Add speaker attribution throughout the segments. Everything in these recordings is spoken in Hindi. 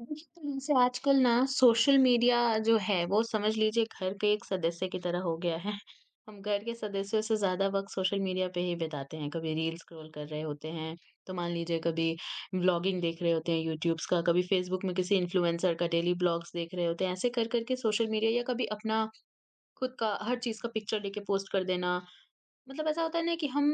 Speaker 1: देखिए, तो जैसे आजकल ना सोशल मीडिया जो है वो समझ लीजिए घर के एक सदस्य की तरह हो गया है। हम घर के सदस्यों से ज़्यादा वक़्त सोशल मीडिया पे ही बिताते हैं। कभी रील स्क्रॉल कर रहे होते हैं, तो मान लीजिए कभी व्लॉगिंग देख रहे होते हैं यूट्यूब्स का, कभी फ़ेसबुक में किसी इन्फ्लुएंसर का डेली ब्लॉग्स देख रहे होते हैं। ऐसे कर-कर के सोशल मीडिया या कभी अपना खुद का हर चीज़ का पिक्चर लेके पोस्ट कर देना मतलब ऐसा होता है ना कि हम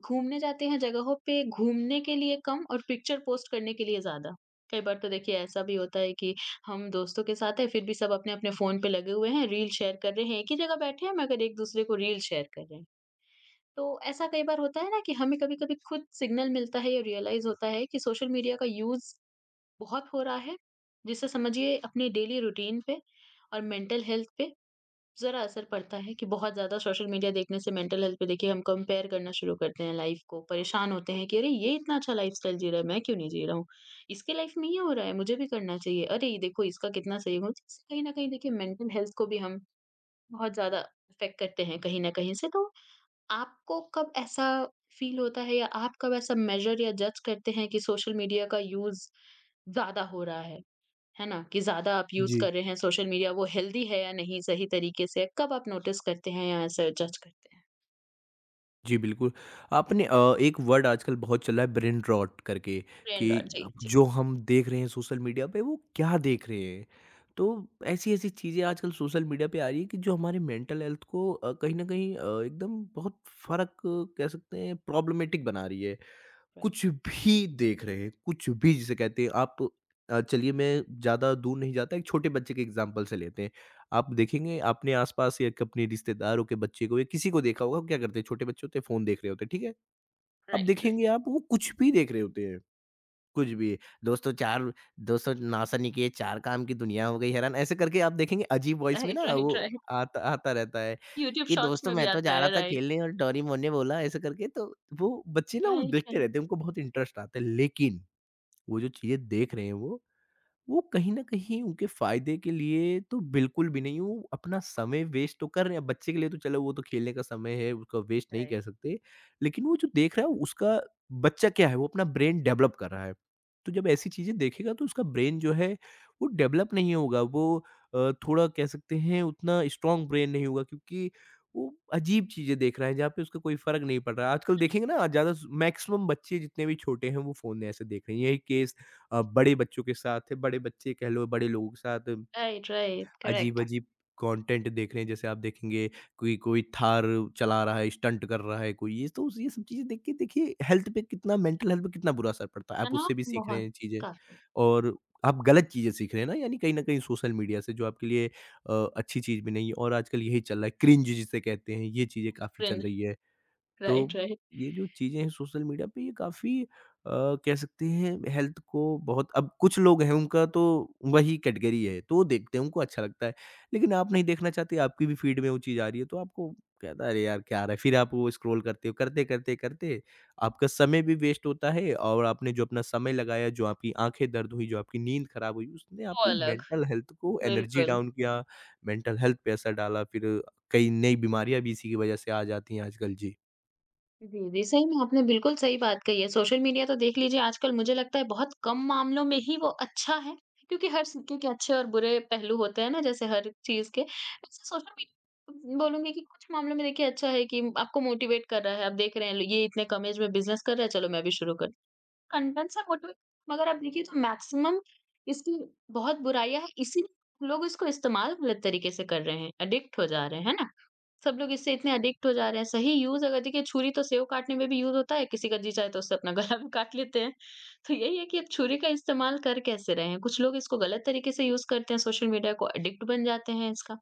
Speaker 1: घूमने जाते हैं जगहों पे घूमने के लिए कम और पिक्चर पोस्ट करने के लिए ज़्यादा। कई बार तो देखिए ऐसा भी होता है कि हम दोस्तों के साथ हैं, फिर भी सब अपने-अपने फ़ोन पे लगे हुए हैं, रील शेयर कर रहे हैं। एक ही जगह बैठे हैं मगर एक-दूसरे को रील शेयर कर रहे हैं। तो ऐसा कई बार होता है ना कि हमें कभी-कभी खुद सिग्नल मिलता है या रियलाइज़ होता है कि सोशल मीडिया का यूज़ बहुत हो रहा है, जिससे समझिए अपने डेली रूटीन पे और मेंटल हेल्थ पे ज़रा असर पड़ता है कि बहुत ज़्यादा सोशल मीडिया देखने से मेंटल हेल्थ पे देखिए हम कंपेयर करना शुरू करते हैं लाइफ को परेशान होते हैं कि अरे ये इतना अच्छा लाइफस्टाइल जी रहा है मैं क्यों नहीं जी रहा हूँ इसके लाइफ में ये हो रहा है मुझे भी करना चाहिए अरे ये देखो इसका कितना सही हो कहीं ना कहीं देखिए मेंटल हेल्थ को भी हम बहुत ज़्यादा अफेक्ट करते हैं कहीं ना कहीं से तो आपको कब ऐसा फील होता है या आप कब ऐसा मेजर या जज करते हैं कि सोशल मीडिया का यूज ज्यादा हो रहा है ना? कि ज़्यादा आप यूज़
Speaker 2: जी।
Speaker 1: कर रहे हैं सोशल मीडिया, वो हेल्दी है या नहीं सही तरीके से? कब आप नोटिस करते हैं या ऐसे जज करते हैं?
Speaker 2: जी, बिल्कुल। आपने एक वर्ड आजकल बहुत चला है ब्रेन रॉट करके कि
Speaker 1: ट्रेंड और जी,
Speaker 2: अब
Speaker 1: जी।
Speaker 2: जो हम देख रहे हैं सोशल मीडिया पे वो क्या देख रहे हैं। तो ऐसी-ऐसी चीज़ें आजकल सोशल मीडिया पे आ रही है कि जो हमारे मेंटल हेल्थ को कहीं न कहीं एकदम बहुत फ़र्क कह सकते हैं प्रॉब्लमैटिक बना रही है।
Speaker 1: राइट।
Speaker 2: कुछ भी देख रहे हैं, कुछ भी जिसे कहते हैं आप चलिए मैं ज़्यादा दूर नहीं जाता, एक छोटे बच्चे के एग्ज़ाम्पल से लेते हैं। आप देखेंगे अपने आस-पास या क अपने रिश्तेदारों के बच्चे को या किसी को देखा होगा, वो क्या करते हैं, छोटे बच्चे होते हैं फ़ोन देख रहे होते हैं, ठीक है? अब
Speaker 1: राइट, राइट।
Speaker 2: देखेंगे आप वो कुछ भी देख रहे होते हैं। कुछ भी। दोस्तों चार दोस्तों नासा नहीं किए, चार काम की दुनिया हो गई हैरान, ऐसे करके आप देखेंगे अजीब वॉइस में ना
Speaker 1: राइट,
Speaker 2: वो
Speaker 1: राइट, राइट।
Speaker 2: आता आता रहता है
Speaker 1: यूट्यूब
Speaker 2: कि
Speaker 1: शॉर्ट्स
Speaker 2: दोस्तों
Speaker 1: में भी
Speaker 2: मैं तो
Speaker 1: आता
Speaker 2: जा रहा
Speaker 1: है,
Speaker 2: था
Speaker 1: राइट।
Speaker 2: खेलने और डोरेमोन ने बोला ऐसे करके, तो वो बच्चे ना वो
Speaker 1: राइट,
Speaker 2: देखते
Speaker 1: राइट।
Speaker 2: रहते हैं, उनको बहुत इंटरेस्ट आता है। लेकिन वो जो चीज़ें देख रहे हैं वो कहीं न कहीं उनके फ़ायदे के लिए तो बिल्कुल भी नहीं, वो अपना समय वेस्ट तो कर रहे हैं। अब बच्चे के लिए तो चलो वो तो खेलने का समय है, उसका वेस्ट नहीं
Speaker 1: राइट।
Speaker 2: कह सकते। लेकिन वो जो देख रहा है उसका बच्चा क्या है, वो अपना ब्रेन डेवलप कर रहा है। तो जब ऐसी चीज़ें देखेगा तो उसका ब्रेन जो है वो डेवलप नहीं होगा, वो थोड़ा कह सकते हैं उतना स्ट्रॉन्ग ब्रेन नहीं होगा क्योंकि वो अजीब चीज़ें देख रहा है जहाँ पे उसका कोई फ़र्क नहीं पड़ रहा है। आजकल देखेंगे ना ज़्यादा स मैक्सिमम बच्चे जितने भी छोटे हैं वो फ़ोन ऐसे देख रहे हैं। यही केस बड़े बच्चों के साथ, है, बड़े बच्चे कह लो, बड़े लोगों के साथ
Speaker 1: राइट, राइट, करेक्ट।
Speaker 2: अजीब-अजीब कंटेंट देख रहे हैं। जैसे आप देखेंगे कोई कोई थार चला रहा है, स्टंट कर रहा है कोई, ये तो ये सब चीज़ें देख के देखिए हेल्थ पे कितना मेंटल हेल्थ पे कितना बुरा असर पड़ता है।
Speaker 1: है
Speaker 2: आप
Speaker 1: ना?
Speaker 2: उससे भी सीख रहे
Speaker 1: बहुत,
Speaker 2: हैं चीज़ें
Speaker 1: काफ़ी।
Speaker 2: और आप गलत चीज़ें सीख रहे हैं ना, यानी कहीं न कहीं सोशल मीडिया से जो आपके लिए अच्छी चीज़ भी नहीं है और आजकल यही चल रहा है, क्रिंज जिसे कहते हैं, ये चीज़ें काफ़ी चल
Speaker 1: क्रिंज
Speaker 2: रही है। तो
Speaker 1: राइट, राइट।
Speaker 2: ये जो चीज़ें हैं सोशल मीडिया पे ये काफ़ी अ, कह सकते हैं हेल्थ को बहुत अब कुछ लोग हैं उनका तो वही कैटेगरी है तो वो देखते हैं उनको अच्छा लगता है। लेकिन आप नहीं देखना चाहते आपकी भी फीड में वो चीज़ आ रही है तो आपको कहता है अरे यार क्या आ रहा है? फिर आप वो स्क्रॉल करते हो, करते-करते करते करते आपका समय भी वेस्ट होता है और आपने जो अपना समय लगाया, जो आपकी आँखें दर्द हुई, जो आपकी नींद खराब हुई, उसने
Speaker 1: वो
Speaker 2: आपकी
Speaker 1: अलग,
Speaker 2: मेंटल हेल्थ को एनर्जी
Speaker 1: बिल्कुल।
Speaker 2: डाउन किया, मेंटल हेल्थ पे असर डाला, फिर कई नई बीमारियाँ भी इसी की वजह से आ जाती हैं आजकल। जी।
Speaker 1: जी, जी। सही में आपने बिल्कुल सही बात कही है। सोशल मीडिया तो देख लीजिए आजकल मुझे लगता है बहुत कम मामलों में ही वो अच्छा है, क्योंकि हर सिक्के के अच्छे और बुरे पहलू होते हैं ना जैसे हर चीज़ के। वैसे सोशल मीडिया बोलूँगी कि कुछ मामलों में देखिए अच्छा है कि आपको मोटिवेट कर रहा है, आप देख रहे हैं ये इतने कम एज में बिज़नेस कर रहा है, चलो मैं भी शुरू करती हूँ। कंटेंट से मोटिवेट मगर आप देखिए तो मैक्सिमम इसकी बहुत बुराइयाँ हैं, इसीलिए लोग इसको इस्तेमाल गलत तरीके से कर रहे हैं, एडिक्ट हो जा रहे हैं, है ना? सब लोग इससे इतने एडिक्ट हो जा रहे हैं। सही यूज़ अगर देखिए छुरी तो सेव काटने में भी यूज़ होता है, किसी का जी चाहे तो उससे अपना गला भी काट लेते हैं। तो यही है कि अब छुरी का इस्तेमाल कर कैसे रहे हैं? कुछ लोग इसको गलत तरीके से यूज़ करते हैं, सोशल मीडिया को एडिक्ट बन जाते हैं इसका।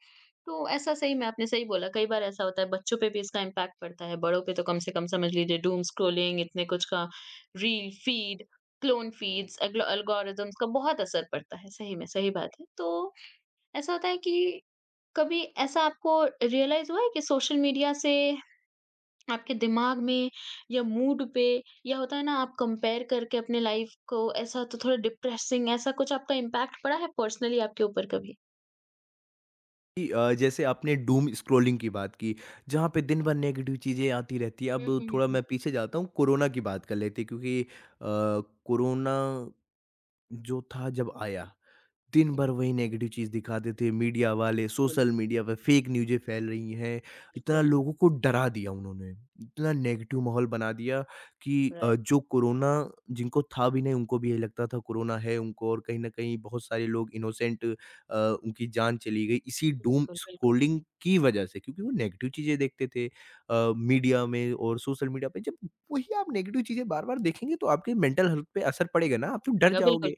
Speaker 1: तो ऐसा सही में आपने सही बोला, कई बार ऐसा होता है बच्चों पे भी इसका इम्पैक्ट पड़ता है, बड़ों पे तो कम से कम समझ लीजिए डूम स्क्रॉलिंग इतने कुछ का रील, फीड, क्लोन फीड्स, एग्लो एल्गोरिदम्स का बहुत असर पड़ता है, सही में, सही बात है। तो ऐसा होता है कि कभी ऐसा आपको रियलाइज हुआ है कि सोशल मीडिया से आपके दिमाग में या मूड पे या होता है ना आप कंपेयर करके अपने लाइफ को ऐसा तो थोड़ा डिप्रेसिंग ऐसा कुछ आपका इम्पैक्ट पड़ा है पर्सनली आपके ऊपर कभी
Speaker 2: जैसे आपने डूम स्क्रॉलिंग की बात की, जहाँ पे दिन भर नेगेटिव चीज़ें आती रहती है। अब थोड़ा
Speaker 1: हम्म,
Speaker 2: मैं पीछे जाता हूँ, कोरोना की बात कर लेते हैं क्योंकि कोरोना जो था जब आया दिन भर वही नेगेटिव चीज़ दिखाते थे, मीडिया वाले,
Speaker 1: बिल्कुल
Speaker 2: सोशल मीडिया पे फ़ेक न्यूज़ें फैल रही हैं। इतना
Speaker 1: बिल्कुल
Speaker 2: लोगों को डरा दिया उन्होंने, इतना नेगेटिव माहौल बना दिया कि अ,
Speaker 1: राइट
Speaker 2: जो कोरोना जिनको था भी नहीं, उनको भी यही लगता था कोरोना है उनको और कहीं न कहीं बहुत सारे लोग उनकी जान चली गई इसी डूम
Speaker 1: बिल्कुल बिल्कुल
Speaker 2: स्क्रॉलिंग की वज़ह से क्योंकि वो नेगेटिव चीज़ें देखते थे मीडिया में और सोशल मीडिया पे। जब वही आप नेगेटिव चीज़ें बार-बार देखेंगे तो आपके मेंटल हेल्थ पे असर पड़ेगा ना, आप तो डर
Speaker 1: बिल्कुल बिल्कुल
Speaker 2: जाओगे।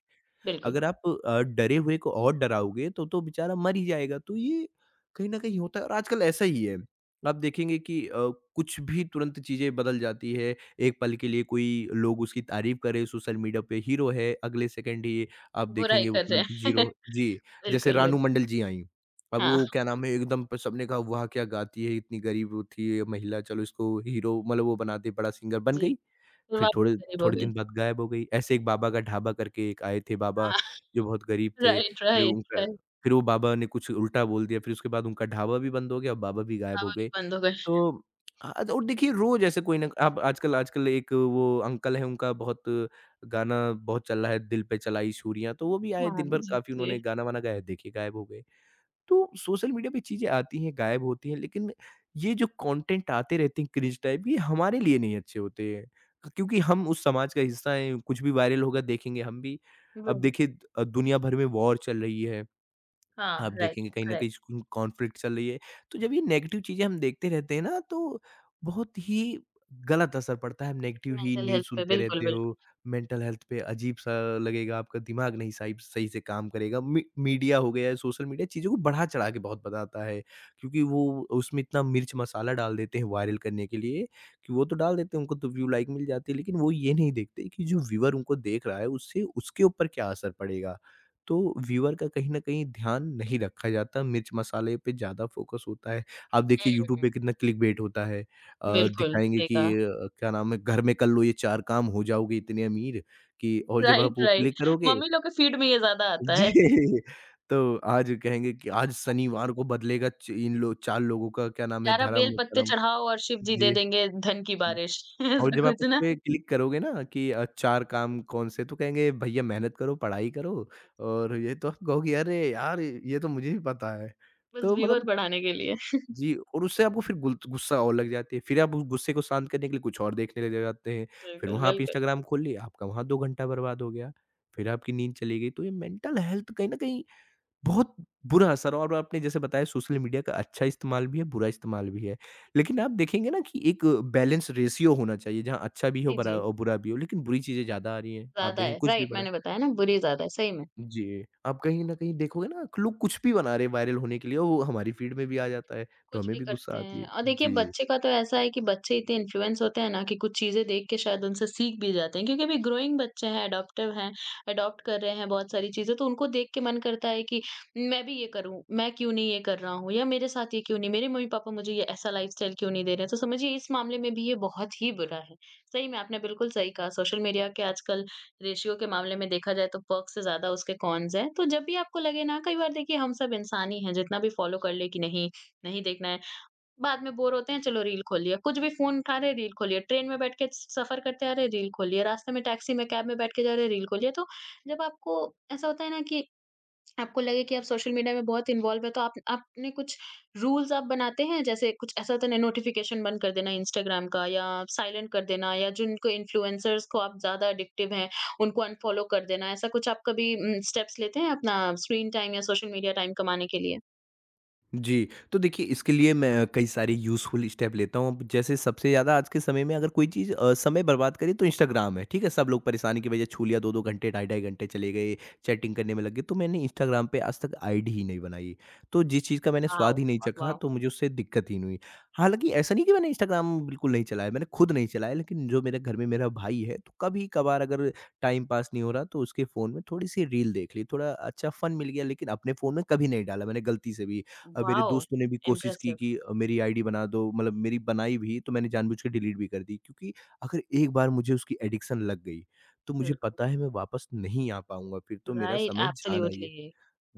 Speaker 1: बिल्कुल,
Speaker 2: अगर आप डरे हुए को और डराओगे तो बेचारा मर ही जाएगा। तो ये कहीं न कहीं होता है और आजकल ऐसा ही है। आप देखेंगे कि कुछ भी तुरंत चीज़ें बदल जाती है। एक पल के लिए कोई लोग उसकी तारीफ़ कर रहे हैं सोशल मीडिया पे हीरो है, अगले सेकंड ही आप
Speaker 1: बुरा ही
Speaker 2: देखेंगे वो
Speaker 1: कर रहे
Speaker 2: तुरंत
Speaker 1: हैं
Speaker 2: ज़ीरो जी, जैसे
Speaker 1: बिल्कुल
Speaker 2: रानू
Speaker 1: बिल्कुल
Speaker 2: मंडल जी आईं। अब
Speaker 1: हाँ
Speaker 2: वो क्या नाम है एकदम प सबने कहा वाह! क्या गाती है, इतनी गरीब वो थी ये महिला चलो इसको हीरो मतलब वो बना दे बड़ा सिंगर बन
Speaker 1: जी
Speaker 2: गई।
Speaker 1: फिर
Speaker 2: फिर थोड़े
Speaker 1: वापस गरीब हो
Speaker 2: थोड़े
Speaker 1: गई
Speaker 2: दिन बाद गायब हो गई। ऐसे एक बाबा का ढाबा करके एक आए थे बाबा,
Speaker 1: हाँ
Speaker 2: जो बहुत गरीब थे।
Speaker 1: राइट राइट राइट
Speaker 2: फिर वो बाबा ने कुछ उल्टा बोल दिया, फिर उसके बाद उनका ढाबा भी बंद हो गया और बाबा भी गायब
Speaker 1: हाँ
Speaker 2: हो
Speaker 1: वो भी
Speaker 2: गए।
Speaker 1: बंद हो गए
Speaker 2: तो आज और देखिए रोज़ ऐसे कोई ना आप आजकल आजकल एक वो अंकल हैं उनका बहुत गाना बहुत चल रहा है, दिल पे चलाई चूड़ियाँ, तो वो भी आए
Speaker 1: हाँ
Speaker 2: दिन भर
Speaker 1: जी
Speaker 2: काफ़ी
Speaker 1: जी
Speaker 2: उन्होंने गाना-वाना गाया, देखिए गायब हो गए। तो सोशल मीडिया पे चीज़ें आती हैं, गायब होती हैं, लेकिन ये जो कंटेंट आते रहते हैं क्रिंज टाइप, ये हमारे लिए नहीं अच्छे होते हैं। क्योंकि हम उस समाज का हिस्सा हैं, कुछ भी वायरल होगा देखेंगे हम भी। अब
Speaker 1: बिल्कुल
Speaker 2: देखिए दुनिया भर में वॉर चल रही है। आप
Speaker 1: हाँ, राइट,
Speaker 2: देखेंगे कहीं न कहीं
Speaker 1: करेक्ट।
Speaker 2: स्कूल कॉन्फ्लिक्ट चल रही है। तो जब ये नेगेटिव चीज़ें हम देखते रहते हैं ना तो बहुत ही गलत असर पड़ता है। हम नेगेटिव ही
Speaker 1: मेंटल
Speaker 2: न्यूज़
Speaker 1: हेल्थ पे
Speaker 2: सुनते
Speaker 1: बिल्कुल,
Speaker 2: रहते
Speaker 1: बिल्कुल।
Speaker 2: हो, मेंटल हेल्थ पे अजीब-सा लगेगा, आपका दिमाग नहीं सही सही से काम करेगा। मी मीडिया हो गया, है, सोशल मीडिया चीज़ों को बढ़ा-चढ़ा के बहुत बताता है। क्योंकि वो उसमें इतना मिर्च मसाला डाल देते हैं वायरल करने के लिए कि वो तो डाल देते हैं, उनको तो व्यू लाइक मिल जाती है। लेकिन वो ये नहीं देखते कि जो व्यूअर उनको देख रहा है उससे उसके ऊपर क्या असर पड़ेगा। तो व्यूअर का कहीं न कहीं ध्यान नहीं रखा जाता, मिर्च-मसाले पे ज़्यादा फ़ोकस होता है। आप देखिए यूट्यूब पे कितना क्लिकबेट होता है।
Speaker 1: बिल्कुल,
Speaker 2: दिखाएँगे
Speaker 1: सही
Speaker 2: कि
Speaker 1: कहा।
Speaker 2: क्या नाम है, घर में कर लो ये 4 काम हो जाओगे इतने अमीर कि और जब आप
Speaker 1: राइट,
Speaker 2: वो क्लिक
Speaker 1: राइट।
Speaker 2: करोगे
Speaker 1: मम्मी लोग के फीड में ये ज़्यादा आता है।
Speaker 2: जी, तो आज कहेंगे कि आज शनिवार को बदलेगा च इन लो 4 लोगों का क्या नाम है
Speaker 1: "प्यारा बेल पत्ते
Speaker 2: धर्म-वर्म।
Speaker 1: चढ़ाओ और शिव जी दे
Speaker 2: जी।
Speaker 1: देंगे धन की बारिश।"
Speaker 2: और
Speaker 1: ऐसा
Speaker 2: जब आप
Speaker 1: कुछ ना,
Speaker 2: उसपे क्लिक करोगे ना कि 4 काम कौन से? तो कहेंगे भैया मेहनत करो, पढ़ाई करो और ये तो आप कहोगे अरे यार! ये तो मुझे भी पता है।
Speaker 1: बस
Speaker 2: तो
Speaker 1: व्यूअर
Speaker 2: मतलब
Speaker 1: बढ़ाने के लिए।
Speaker 2: जी और उससे आपको फिर गुल गुस्सा और लग जाती है। फिर आप उस गुस्से को शांत करने के लिए कुछ और देखने लग जाते हैं। फिर
Speaker 1: बिल्कुल,
Speaker 2: वहाँ आप
Speaker 1: बिल्कुल।
Speaker 2: इंस्टाग्राम खोल लिए, आपका वहाँ 2 घंटा बर्बाद हो गया। फिर आपकी नींद चली गई। तो ये मेंटल हेल्थ कहीं न कहीं बहुत बुरा असर और आपने जैसे बताया सोशल मीडिया का अच्छा इस्तेमाल भी है, बुरा इस्तेमाल भी है। लेकिन आप देखेंगे ना कि एक बैलेंस रेशियो होना चाहिए जहाँ अच्छा भी हो
Speaker 1: जी,
Speaker 2: बरा
Speaker 1: जी।
Speaker 2: और बुरा भी हो, लेकिन बुरी चीज़ें ज़्यादा आ रही हैं। आप
Speaker 1: ज़्यादा
Speaker 2: देखें
Speaker 1: है,
Speaker 2: कुछ भी
Speaker 1: राइट
Speaker 2: बना
Speaker 1: मैंने बताया ना बुरी ज़्यादा है, सही में।
Speaker 2: जी, आप कहीं न कहीं देखोगे ना लोग कुछ भी बना रहे हैं वायरल होने के लिए और वो हमारी फीड में भी आ जाता है, तो
Speaker 1: कुछ
Speaker 2: हमें
Speaker 1: भी
Speaker 2: भी गुस्सा
Speaker 1: करते
Speaker 2: आती
Speaker 1: हैं
Speaker 2: है।
Speaker 1: और देखिए
Speaker 2: जी।
Speaker 1: बच्चे का तो ऐसा है कि बच्चे इतने इन्फ्लुएंस होते हैं ना कि कुछ चीज़ें देख के शायद उनसे सीख भी जाते हैं क्योंकि अभी ग्रोइंग बच्चे हैं अडॉप्टिव हैं अडॉप्ट कर रहे हैं बहुत सारी चीज़ें तो उनको देख के मन करता है कि मैं भी ये करूं मैं क्यों नहीं ये कर रहा हूँ या मेरे साथ ये क्यों नहीं मेरे मम्मी पापा मुझे ये ऐसा लाइफस्टाइल क्यों नहीं दे रहे हैं तो समझिए इस मामले में भी ये बहुत ही बुरा है सही में आपने बिल्कुल सही कहा सोशल मीडिया के आजकल रेशियो के मामले में देखा जाए तो पर्क से ज्यादा उसके कॉन्स हैं तो जब भी आपको लगे ना कई बार देखिए हम सब इंसान ही हैं जितना भी फॉलो कर ले कि नहीं नहीं देखना है। बाद में बोर होते हैं चलो रील खोल लिया, कुछ भी फ़ोन उठा रहे रील खोल लिया, ट्रेन में बैठ के स सफ़र करते आ रहे रील खोल लिया, रास्ते में टैक्सी में कैब में बैठ के जा रहे रील खोल लिया। तो जब आपको ऐसा होता है ना कि आपको लगे कि आप सोशल मीडिया में बहुत इन्वॉल्व है तो आप आपने कुछ रूल्स आप बनाते हैं? जैसे कुछ ऐसा होता है ना नोटिफ़िकेशन बंद कर देना इंस्टाग्राम का या साइलेंट कर देना या जिनको इन्फ्लुएंसर्स को आप ज़्यादा एडिक्टिव हैं, उनको अनफ़ॉलो कर देना। ऐसा कुछ आप कभी स्टेप्स लेते हैं अपना स्क्रीन टाइम या सोशल मीडिया टाइम कमाने के लिए?
Speaker 2: जी, तो देखिए इसके लिए मैं कई सारे यूज़फुल स्टेप लेता हूँ। अब जैसे सबसे ज़्यादा आज के समय में अगर कोई चीज़ समय बर्बाद करे तो इंस्टाग्राम है, ठीक है? सब लोग परेशानी की वजह छू लिया 2-2 घंटे, ढाई-ढाई घंटे चले गए, चैटिंग करने में लग गए। तो मैंने इंस्टाग्राम पे आज तक आईडी ही नहीं बनाई। तो जिस चीज़ का मैंने
Speaker 1: वॉव!
Speaker 2: स्वाद ही नहीं चखा
Speaker 1: वाओ!
Speaker 2: तो मुझे उससे दिक्कत ही नहीं हुई। हालाँकि ऐसा नहीं कि मैंने इंस्टाग्राम बिल्कुल नहीं चलाया, मैंने खुद नहीं चलाया लेकिन जो मेरे घर में मेरा भाई है तो कभी-कभार अगर टाइम पास नहीं हो रहा तो उसके फ़ोन में थोड़ी-सी रील देख ली, थोड़ा अच्छा फ़न मिल गया लेकिन अपने फ़ोन में कभी नहीं डाला मैंने गलती से भी। मेरे
Speaker 1: Wow,
Speaker 2: दोस्तों ने भी कोशिश की
Speaker 1: impressive,
Speaker 2: कि मेरी आईडी बना दो मतलब मेरी बनाई भी तो मैंने जानबूझ के डिलीट भी कर दी क्योंकि अगर एक बार मुझे उसकी एडिक्शन लग गई, तो मुझे
Speaker 1: बिल्कुल,
Speaker 2: पता है मैं वापस नहीं आ पाऊँगा, फिर तो मेरा
Speaker 1: राइट,
Speaker 2: समय जाना ही है।
Speaker 1: एब्सोल्युटली,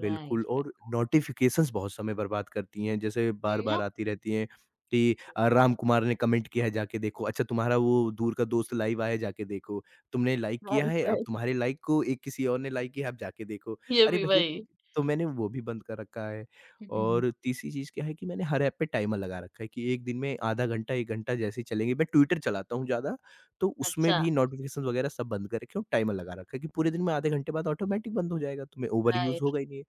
Speaker 2: बिल्कुल
Speaker 1: राइट,
Speaker 2: और नोटिफ़िकेशंस बहुत समय बर्बाद करती हैं, जैसे
Speaker 1: राइट,
Speaker 2: बार-बार
Speaker 1: या
Speaker 2: आती रहती हैं कि राम कुमार ने कमेंट किया है, जाके देखो। अच्छा तुम्हारा वो दूर का दोस्त लाइव आया है, जाके देखो। तुमने लाइक किया
Speaker 1: राइट,
Speaker 2: है, अब
Speaker 1: राइट,
Speaker 2: तुम्हारे लाइक को एक किसी और ने लाइक किया है, अब जाके देखो।
Speaker 1: ये
Speaker 2: अरे
Speaker 1: भी
Speaker 2: भैया,
Speaker 1: वही।
Speaker 2: तो मैंने वो भी बंद कर रखा है
Speaker 1: हुँ, हुँ, हुँ।
Speaker 2: और तीसरी चीज़ क्या है कि मैंने हर ऐप पे टाइमर लगा रखा है कि 1 दिन में आधा घंटा, 1 घंटा जैसे ही चलेंगे। मैं ट्विटर चलाता हूँ ज़्यादा, तो उसमें
Speaker 1: अच्छा,
Speaker 2: भी नोटिफ़िकेशंस वगैरह सब बंद कर रखे हैं और टाइमर लगा रखा है कि पूरे दिन में आधे घंटे बाद ऑटोमैटिक बंद हो जाएगा, तो मैं ओवर यूज़
Speaker 1: राइट,
Speaker 2: होगा ही नहीं।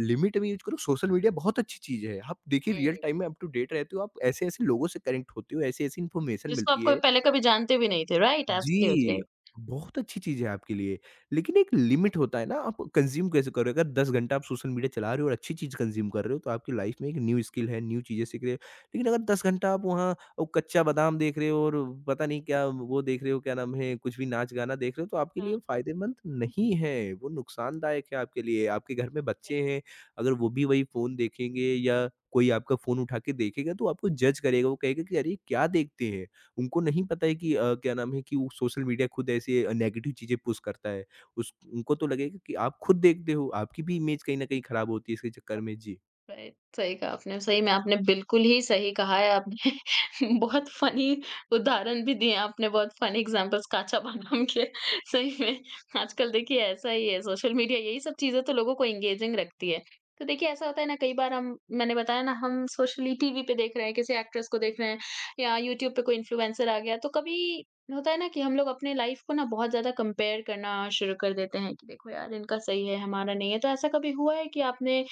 Speaker 2: लिमिट में यूज़ करो, सोशल मीडिया बहुत अच्छी चीज़ है। आप देखिए रियल टाइम
Speaker 1: हुँ,
Speaker 2: में अप टू डेट रहते हो, आप ऐसे-ऐसे लोगों से कनेक्ट होते हो, ऐसी-ऐसी इन्फॉर्मेशन
Speaker 1: जिसको आप
Speaker 2: मिलती
Speaker 1: कोई
Speaker 2: है,
Speaker 1: पहले कभी जानते भी नहीं थे, राइट,
Speaker 2: जी,
Speaker 1: एब्सोल्युटली।
Speaker 2: बहुत अच्छी चीज़ है आपके लिए, लेकिन एक लिमिट होता है ना, आप कंज़्यूम कैसे कर रहे हो? अगर 10 घंटा आप सोशल मीडिया चला रहे हो और अच्छी चीज़ कंज़्यूम कर रहे हो, तो आपकी लाइफ़ में एक न्यू स्किल है, न्यू चीज़ें सीख रहे हो। लेकिन अगर 10 घंटा आप वहाँ वो कच्चा बादाम देख रहे हो और पता नहीं क्या वो देख रहे हो, क्या नाम है, कुछ भी नाच-गाना देख रहे हो, तो आपके लिए
Speaker 1: हाँ।
Speaker 2: फ़ायदेमंद नहीं है, वो नुकसानदायक है आपके लिए। आपके घर में बच्चे हैं, अगर वो भी वही फ़ोन देखेंगे या कोई आपका फ़ोन उठा के देखेगा, तो आपको जज करेगा, वो कहेगा कि, "अरे! ये क्या देखते हैं?" उनको नहीं पता है कि क्या नाम है कि वो सोशल मीडिया खुद ऐसे नेगेटिव चीज़ें पुश करता है। उस उनको तो लगेगा कि आप खुद देखते हो, आपकी भी इमेज कहीं न कहीं खराब होती है इसके चक्कर में। जी।
Speaker 1: राइट, सही कहा आपने। सही में आपने बिल्कुल ही सही कहा है आपने। बहुत फ़नी उदाहरण भी दिए आपने, बहुत फ़नी एग्ज़ाम्पल्स काचा बादाम के। सही में आजकल देखिए ऐसा ही है, सोशल मीडिया यही सब चीज़ें तो लोगों को एंगेजिंग रखती है। तो देखिए ऐसा होता है ना कई बार हम मैंने बताया ना हम सोशली टीवी पे देख रहे हैं, किसी एक्ट्रेस को देख रहे हैं या यूट्यूब पे कोई इन्फ्लुएंसर आ गया, तो कभी होता है ना कि हम लोग अपने लाइफ़ को ना बहुत ज़्यादा कंपेयर करना शुरू कर देते हैं कि देखो यार इनका सही है, हमारा नहीं है। तो ऐसा कभी हुआ है कि आपने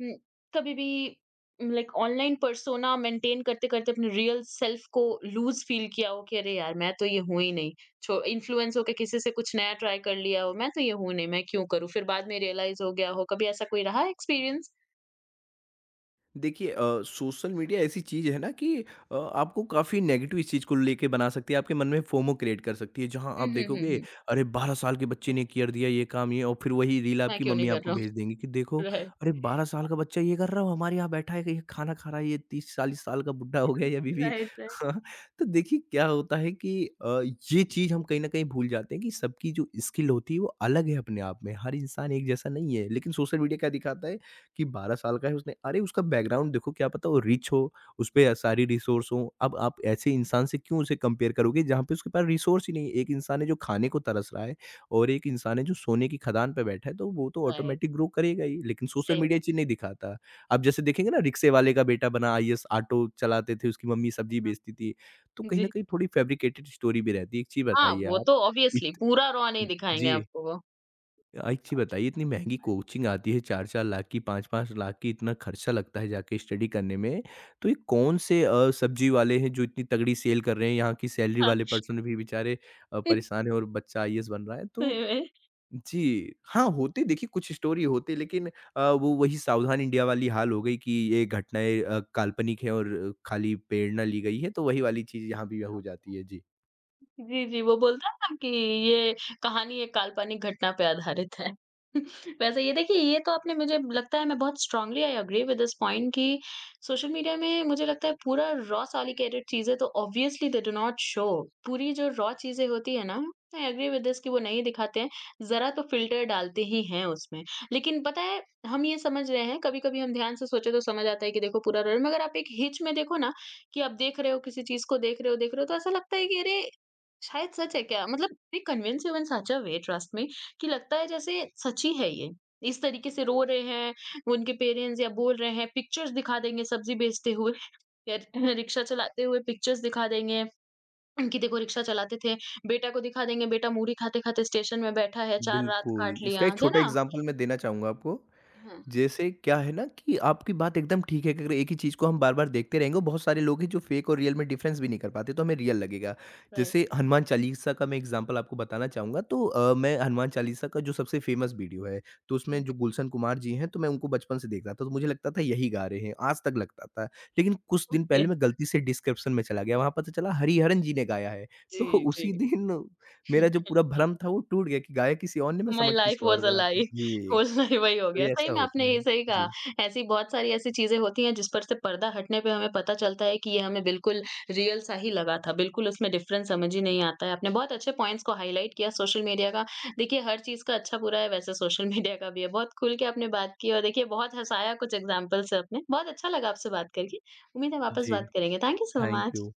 Speaker 1: हुँ, कभी भी लाइक ऑनलाइन पर्सोना मेंटेन करते-करते अपने रियल सेल्फ को लूज़ फील किया हो कि अरे यार! मैं तो ये हूँ ही नहीं। छो इन्फ्लुएंस होके किसी से कुछ नया ट्राई कर लिया हो, मैं तो ये हूँ नहीं, मैं क्यों करूँ? फिर बाद में रियलाइज़ हो गया हो, कभी ऐसा कोई रहा है एक्सपीरियंस?
Speaker 2: देखिए सोशल मीडिया ऐसी चीज़ है ना कि आपको काफ़ी नेगेटिव इस चीज़ को लेके बना सकती है आपके मन में फोमो क्रिएट कर सकती है जहां आप
Speaker 1: हुँ, हुँ, हुँ,
Speaker 2: देखोगे
Speaker 1: हुँ,
Speaker 2: अरे 12 साल के बच्चे ने
Speaker 1: राइट।
Speaker 2: कर दिया ये काम ये और फिर वही रील
Speaker 1: मैं
Speaker 2: आपकी
Speaker 1: क्यों
Speaker 2: मम्मी
Speaker 1: नहीं कर
Speaker 2: आपको
Speaker 1: रहा हूँ?
Speaker 2: भेज देंगी कि देखो
Speaker 1: राइट।
Speaker 2: अरे 12 साल का बच्चा ये कर रहा हो हमारे यहाँ बैठा है ये खाना खा रहा है ये 30-40 साल का बुढ़ा हो गया या बीवी
Speaker 1: राइट, राइट।
Speaker 2: हाँ, तो देखिए क्या होता है कि अ, ये चीज़ हम कहीं ना कहीं भूल जाते हैं कि सबकी जो स्किल होती है वो अलग है अपने आप में हर इंसान एक जैसा नहीं है लेकिन सोशल मीडिया क्या दिखाता है कि 12 साल का है उसने अरे उसका बैकग्राउंड देखो क्या पता वो रिच हो, उसपे सारी रिसोर्स हों। अब आप ऐसे इंसान से क्यों उसे कंपेयर करोगे जहाँ पे उसके पास रिसोर्स ही नहीं है। एक इंसान है जो खाने को तरस रहा है और एक इंसान है जो सोने की खदान पे बैठा है, तो वो तो
Speaker 1: राइट,
Speaker 2: ऑटोमेटिक ग्रो करेगा ही। लेकिन सोशल
Speaker 1: सही
Speaker 2: मीडिया
Speaker 1: में।
Speaker 2: ये चीज़ नहीं दिखाता। आप जैसे देखेंगे ना रिक्शे वाले का बेटा बना आईएएस, ऑटो चलाते थे, उसकी मम्मी सब्जी
Speaker 1: हाँ,
Speaker 2: बेचती थी। तो कहीं न
Speaker 1: जी।
Speaker 2: कहीं थोड़ी फैब्रिकेटेड स्टोरी भी रहती है। एक चीज़
Speaker 1: हाँ,
Speaker 2: बताइए
Speaker 1: वो
Speaker 2: आप
Speaker 1: तो ऑब्वियसली
Speaker 2: इत
Speaker 1: पूरा रॉ नहीं दिखाएँगे
Speaker 2: जी।
Speaker 1: आपको वो।
Speaker 2: एक चीज़ बताइए इतनी महँगी कोचिंग आती है 4-4 लाख की, 5-5 लाख की इतना खर्चा लगता है जाके स्टडी करने में। तो ये कौन से सब्ज़ी वाले हैं जो इतनी तगड़ी सेल कर रहे हैं? यहाँ की सैलरी
Speaker 1: हाँ,
Speaker 2: वाले पर्सन भी बेचारे परेशान हैं और बच्चा आईएएस बन रहा है। तो
Speaker 1: सही में।
Speaker 2: जी, हाँ, होते देखिए कुछ स्टोरी होते लेकिन वो वही सावधान इंडिया वाली हाल हो गई कि ये घटनाएँ काल्पनिक हैं और खाली प्रेरणा ली गई है, तो वही वाली चीज़ यहाँ भी हो जाती है। जी।
Speaker 1: जी, जी, वो बोलता है ना कि ये कहानी एक काल्पनिक घटना पे आधारित है। वैसे ये देखिए ये तो आपने मुझे लगता है मैं बहुत strongly I agree with this point कि सोशल मीडिया में मुझे लगता है पूरा रॉ सॉलिकेटेड चीज़ें तो obviously they do not show. पूरी जो रॉ चीज़ें होती है ना, आई एग्री विद दिस कि वो नहीं दिखाते हैं, ज़रा तो फ़िल्टर डालते ही हैं उसमें। लेकिन पता है हम ये समझ रहे हैं, कभी-कभी हम ध्यान से सोचे तो समझ आता है कि देखो पूरा रॉ मगर आप एक हिच में देखो ना कि आप देख रहे हो तो ऐसा लगता है कि अरे शायद सच है क्या? मतलब they convince you in such a way trust me कि लगता है जैसे सच ही है ये। इस तरीके से रो रहे हैं, वो उनके पेरेंट्स या बोल रहे हैं, पिक्चर्स दिखा देंगे सब्जी बेचते हुए, या रिक्शा चलाते हुए पिक्चर्स दिखा देंगे कि देखो रिक्शा चलाते थे, बेटा को दिखा देंगे बेटा मूढ़ी खाते-खाते स्टेशन में बैठा है, 4 रात
Speaker 2: बिल्कुल,
Speaker 1: काट
Speaker 2: इसका
Speaker 1: लिया,
Speaker 2: एक
Speaker 1: है
Speaker 2: छोटा
Speaker 1: ना?
Speaker 2: एग्ज़ाम्पल मैं देना चाहूँगा आपको।
Speaker 1: हाँ।
Speaker 2: जैसे क्या है ना कि आपकी बात एकदम ठीक है कि अगर एक ही चीज़ को हम बार-बार देखते रहेंगे, बहुत सारे लोग हैं जो फेक और रियल में डिफ़रेंस भी नहीं कर पाते, तो हमें रियल लगेगा।
Speaker 1: राइट।
Speaker 2: जैसे हनुमान चालीसा का मैं एग्ज़ाम्पल आपको बताना चाहूँगा, तो मैं हनुमान चालीसा का जो सबसे फ़ेमस वीडियो है, तो उसमें जो गुलशन कुमार जी हैं, तो मैं उनको बचपन से देखता था, तो मुझे लगता था यही गा रहे हैं, आज तक लगता था। लेकिन कुछ दिन
Speaker 1: ओके।
Speaker 2: पहले मैं गलती से डिस्क्रिप्शन में चला गया, वहाँ पता चला हरिहरन जी ने गाया है। तो
Speaker 1: जी,
Speaker 2: उसी
Speaker 1: जी।
Speaker 2: दिन मेरा जो पूरा भ्रम था, वो टूट गया कि गाया किसी और ने, मैं
Speaker 1: माय
Speaker 2: समझ
Speaker 1: लाइफ
Speaker 2: किसी और
Speaker 1: वाज़
Speaker 2: को
Speaker 1: अ
Speaker 2: रहा था।
Speaker 1: लाई
Speaker 2: जी।
Speaker 1: होल लाइफ वही हो
Speaker 2: तो
Speaker 1: गया।
Speaker 2: ये
Speaker 1: सही
Speaker 2: ऐसा
Speaker 1: में आपने
Speaker 2: होता है।
Speaker 1: ये सही कहा।
Speaker 2: जी,
Speaker 1: ऐसी बहुत सारी ऐसी चीज़ें होती हैं जिस पर से पर्दा हटने पे हमें पता चलता है कि ये हमें बिल्कुल रियल सा ही लगा था। बिल्कुल उसमें डिफ़रेंस समझ ही नहीं आता है। आपने बहुत अच्छे पॉइंट्स को हाइलाइट किया सोशल मीडिया का। देखिए हर चीज़ का अच्छा बुरा है वैसे सोशल मीडिया का भी है। बहुत खुल के आपने बात की और देखिए बहुत हँसाया कुछ एग्ज़ाम्पल से आपने। बहुत अच्छा लगा आपसे बात करके। उम्मीद है वापस
Speaker 2: जी,
Speaker 1: बात करेंगे। Thank you so
Speaker 2: thank
Speaker 1: much.
Speaker 2: You.